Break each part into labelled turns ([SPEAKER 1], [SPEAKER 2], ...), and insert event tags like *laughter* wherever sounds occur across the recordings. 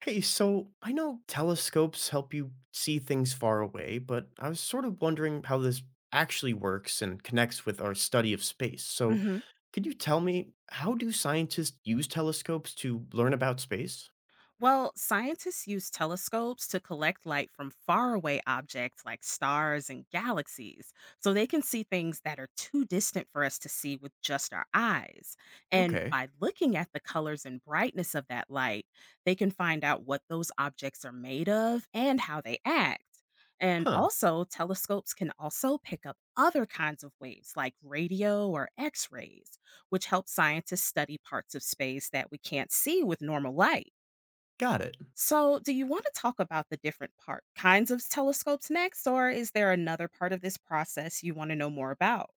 [SPEAKER 1] Hey, so I know telescopes help you see things far away, but I was sort of wondering how this actually works and connects with our study of space. So,
[SPEAKER 2] hmm
[SPEAKER 1] could you tell me, how do scientists use telescopes to learn about space?
[SPEAKER 2] Well, scientists use telescopes to collect light from faraway objects like stars and galaxies, so they can see things that are too distant for us to see with just our eyes. And
[SPEAKER 1] Okay.
[SPEAKER 2] by looking at the colors and brightness of that light, they can find out what those objects are made of and how they act. And
[SPEAKER 1] Huh.
[SPEAKER 2] also, telescopes can also pick up other kinds of waves like radio or X rays, which help scientists study parts of space that we can't see with normal light.
[SPEAKER 1] Got it.
[SPEAKER 2] So, do you want to talk about the different part kinds of telescopes next, or is there another part of this process you want to know more about?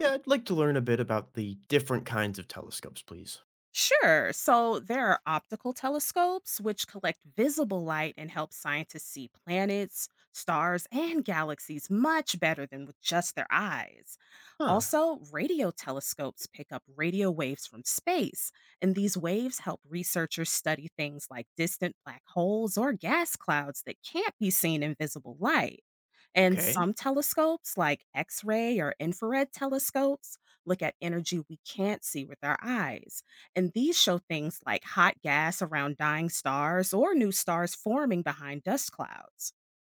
[SPEAKER 1] Yeah, I'd like to learn a bit about the different kinds of telescopes, please.
[SPEAKER 2] Sure. So there are optical telescopes, which collect visible light and help scientists see planets, stars, and galaxies much better than with just their eyes.
[SPEAKER 1] Huh.
[SPEAKER 2] Also, radio telescopes pick up radio waves from space, and these waves help researchers study things like distant black holes or gas clouds that can't be seen in visible light. And
[SPEAKER 1] Okay.
[SPEAKER 2] some telescopes, like X ray or infrared telescopes, look at energy we can't see with our eyes and these show things like hot gas around dying stars or new stars forming behind dust clouds.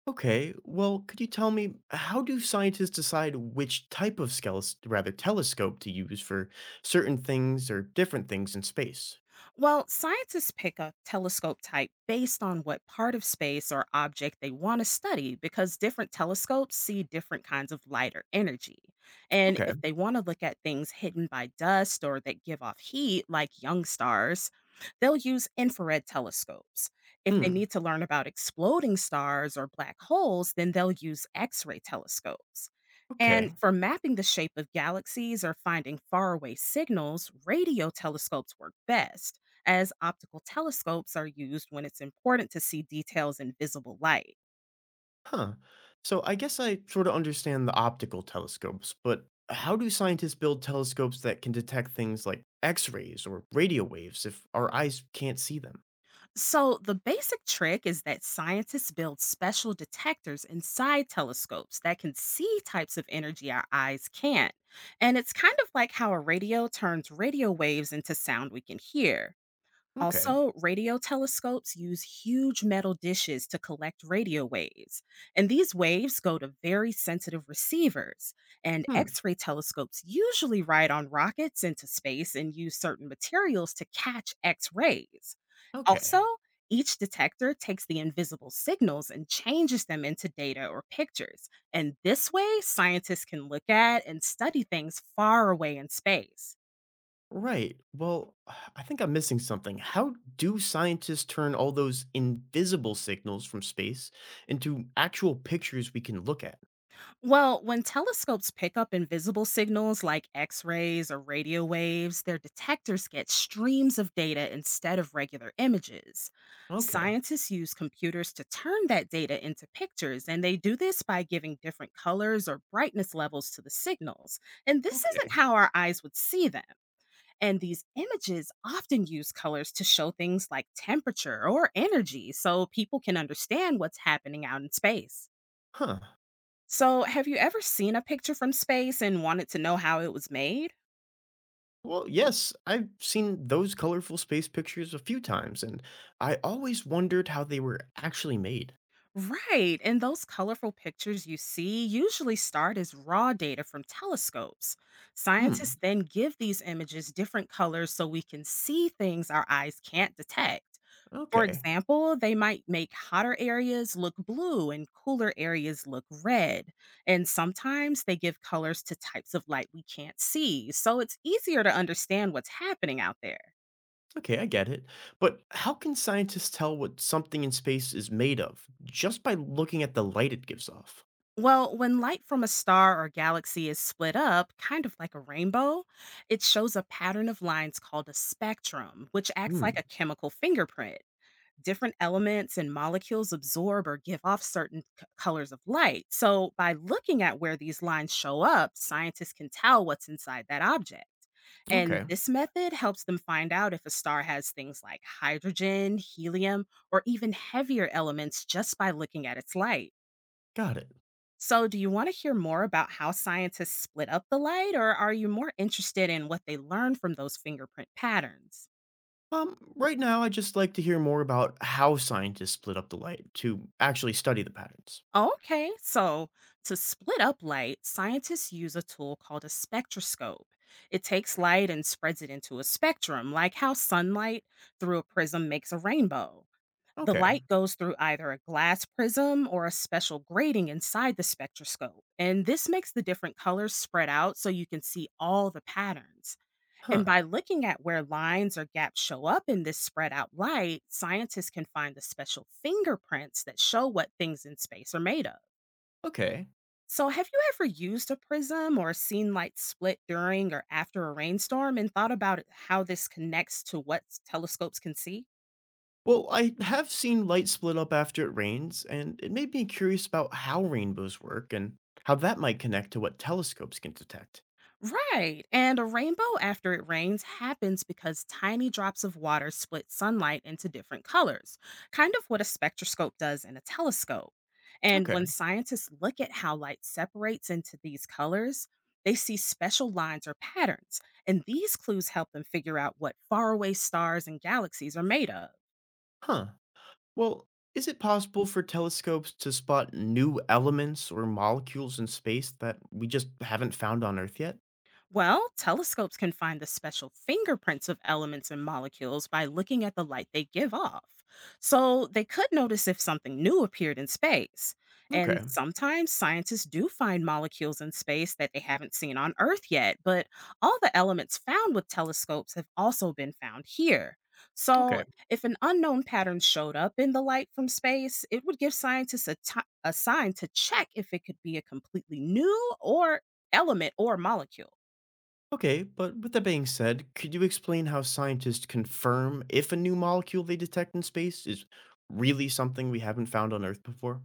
[SPEAKER 1] Okay, well, could you tell me, how do scientists decide which type of rather telescope to use for certain things or different things in space?
[SPEAKER 2] Well, scientists pick a telescope type based on what part of space or object they want to study because different telescopes see different kinds of light or energy. And
[SPEAKER 1] Okay.
[SPEAKER 2] if they want to look at things hidden by dust or that give off heat, like young stars, they'll use infrared telescopes. If they
[SPEAKER 1] Hmm.
[SPEAKER 2] need to learn about exploding stars or black holes, then they'll use X ray telescopes. And
[SPEAKER 1] Okay.
[SPEAKER 2] for mapping the shape of galaxies or finding faraway signals, radio telescopes work best as optical telescopes are used when it's important to see details in visible light.
[SPEAKER 1] Huh. So I guess I sort of understand the optical telescopes, but how do scientists build telescopes that can detect things like X-rays or radio waves if our eyes can't see them?
[SPEAKER 2] So, the basic trick is that scientists build special detectors inside telescopes that can see types of energy our eyes can't. And it's kind of like how a radio turns radio waves into sound we can hear.
[SPEAKER 1] Okay.
[SPEAKER 2] Also, radio telescopes use huge metal dishes to collect radio waves, and these waves go to very sensitive receivers. And
[SPEAKER 1] Hmm.
[SPEAKER 2] X ray telescopes usually ride on rockets into space and use certain materials to catch X rays. Also,
[SPEAKER 1] Okay.
[SPEAKER 2] each detector takes the invisible signals and changes them into data or pictures. And this way, scientists can look at and study things far away in space.
[SPEAKER 1] Right. Well, *sighs* I think I'm missing something. How do scientists turn all those invisible signals from space into actual pictures we can look at?
[SPEAKER 2] Well, when telescopes pick up invisible signals like X rays or radio waves, their detectors get streams of data instead of regular images.
[SPEAKER 1] Okay.
[SPEAKER 2] Scientists use computers to turn that data into pictures, and they do this by giving different colors or brightness levels to the signals. And this isn't
[SPEAKER 1] Okay.
[SPEAKER 2] how our eyes would see them. And these images often use colors to show things like temperature or energy so people can understand what's happening out in space.
[SPEAKER 1] Huh.
[SPEAKER 2] So, have you ever seen a picture from space and wanted to know how it was made?
[SPEAKER 1] Well, yes, I've seen those colorful space pictures a few times, and I always wondered how they were actually made.
[SPEAKER 2] Right, and those colorful pictures you see usually start as raw data from telescopes.
[SPEAKER 1] Hmm.
[SPEAKER 2] Scientists then give these images different colors so we can see things our eyes can't detect. For
[SPEAKER 1] Okay.
[SPEAKER 2] example, they might make hotter areas look blue and cooler areas look red. And sometimes they give colors to types of light we can't see, so it's easier to understand what's happening out there.
[SPEAKER 1] Okay, I get it. But how can scientists tell what something in space is made of just by looking at the light it gives off?
[SPEAKER 2] Well, when light from a star or galaxy is split up, kind of like a rainbow, it shows a pattern of lines called a spectrum, which acts like a
[SPEAKER 1] Hmm.
[SPEAKER 2] chemical fingerprint. Different elements and molecules absorb or give off certain colors of light. So, by looking at where these lines show up, scientists can tell what's inside that object. And
[SPEAKER 1] Okay.
[SPEAKER 2] this method helps them find out if a star has things like hydrogen, helium, or even heavier elements just by looking at its light.
[SPEAKER 1] Got it.
[SPEAKER 2] So, do you want to hear more about how scientists split up the light, or are you more interested in what they learned from those fingerprint patterns?
[SPEAKER 1] Right now, I'd just like to hear more about how scientists split up the light to actually study the patterns.
[SPEAKER 2] Okay, so to split up light, scientists use a tool called a spectroscope. It takes light and spreads it into a spectrum, like how sunlight through a prism makes a rainbow. The
[SPEAKER 1] Okay.
[SPEAKER 2] light goes through either a glass prism or a special grating inside the spectroscope, and this makes the different colors spread out so you can see all the patterns. And
[SPEAKER 1] Huh.
[SPEAKER 2] by looking at where lines or gaps show up in this spread out light, scientists can find the special fingerprints that show what things in space are made of.
[SPEAKER 1] Okay.
[SPEAKER 2] So, have you ever used a prism or seen light split during or after a rainstorm and thought about how this connects to what telescopes can see?
[SPEAKER 1] Well, I have seen light split up after it rains, and it made me curious about how rainbows work and how that might connect to what telescopes can detect.
[SPEAKER 2] Right. And a rainbow after it rains happens because tiny drops of water split sunlight into different colors, kind of what a spectroscope does in a telescope. And when
[SPEAKER 1] Okay.
[SPEAKER 2] scientists look at how light separates into these colors, they see special lines or patterns. And these clues help them figure out what faraway stars and galaxies are made of.
[SPEAKER 1] Huh. Well, is it possible for telescopes to spot new elements or molecules in space that we just haven't found on Earth yet?
[SPEAKER 2] Well, telescopes can find the special fingerprints of elements and molecules by looking at the light they give off. So they could notice if something new appeared in space. And
[SPEAKER 1] Okay.
[SPEAKER 2] sometimes scientists do find molecules in space that they haven't seen on Earth yet, but all the elements found with telescopes have also been found here. So,
[SPEAKER 1] Okay.
[SPEAKER 2] if an unknown pattern showed up in the light from space, it would give scientists a sign to check if it could be a completely new or element or molecule.
[SPEAKER 1] Okay, but with that being said, could you explain how scientists confirm if a new molecule they detect in space is really something we haven't found on Earth before?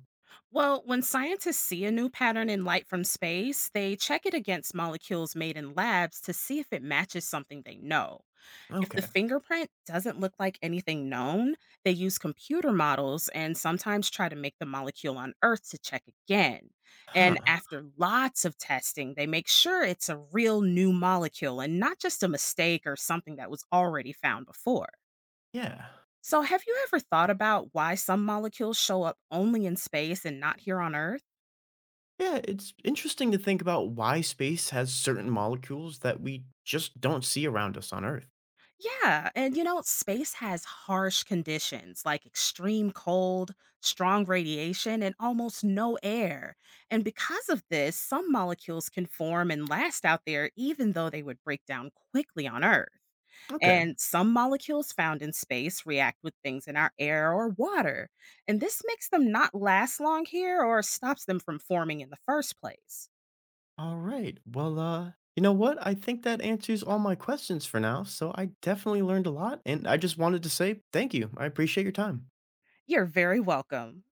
[SPEAKER 2] Well, when scientists see a new pattern in light from space, they check it against molecules made in labs to see if it matches something they know. If the
[SPEAKER 1] Okay.
[SPEAKER 2] fingerprint doesn't look like anything known, they use computer models and sometimes try to make the molecule on Earth to check again. And
[SPEAKER 1] Huh.
[SPEAKER 2] after lots of testing, they make sure it's a real new molecule and not just a mistake or something that was already found before.
[SPEAKER 1] Yeah.
[SPEAKER 2] So, have you ever thought about why some molecules show up only in space and not here on Earth?
[SPEAKER 1] Yeah, it's interesting to think about why space has certain molecules that we just don't see around us on Earth.
[SPEAKER 2] Yeah, and you know, space has harsh conditions like extreme cold, strong radiation, and almost no air. And because of this, some molecules can form and last out there, even though they would break down quickly on Earth.
[SPEAKER 1] Okay.
[SPEAKER 2] And some molecules found in space react with things in our air or water. And this makes them not last long here or stops them from forming in the first place.
[SPEAKER 1] All right. Well, you know what? I think that answers all my questions for now. So I definitely learned a lot, and I just wanted to say thank you. I appreciate your time.
[SPEAKER 2] You're very welcome.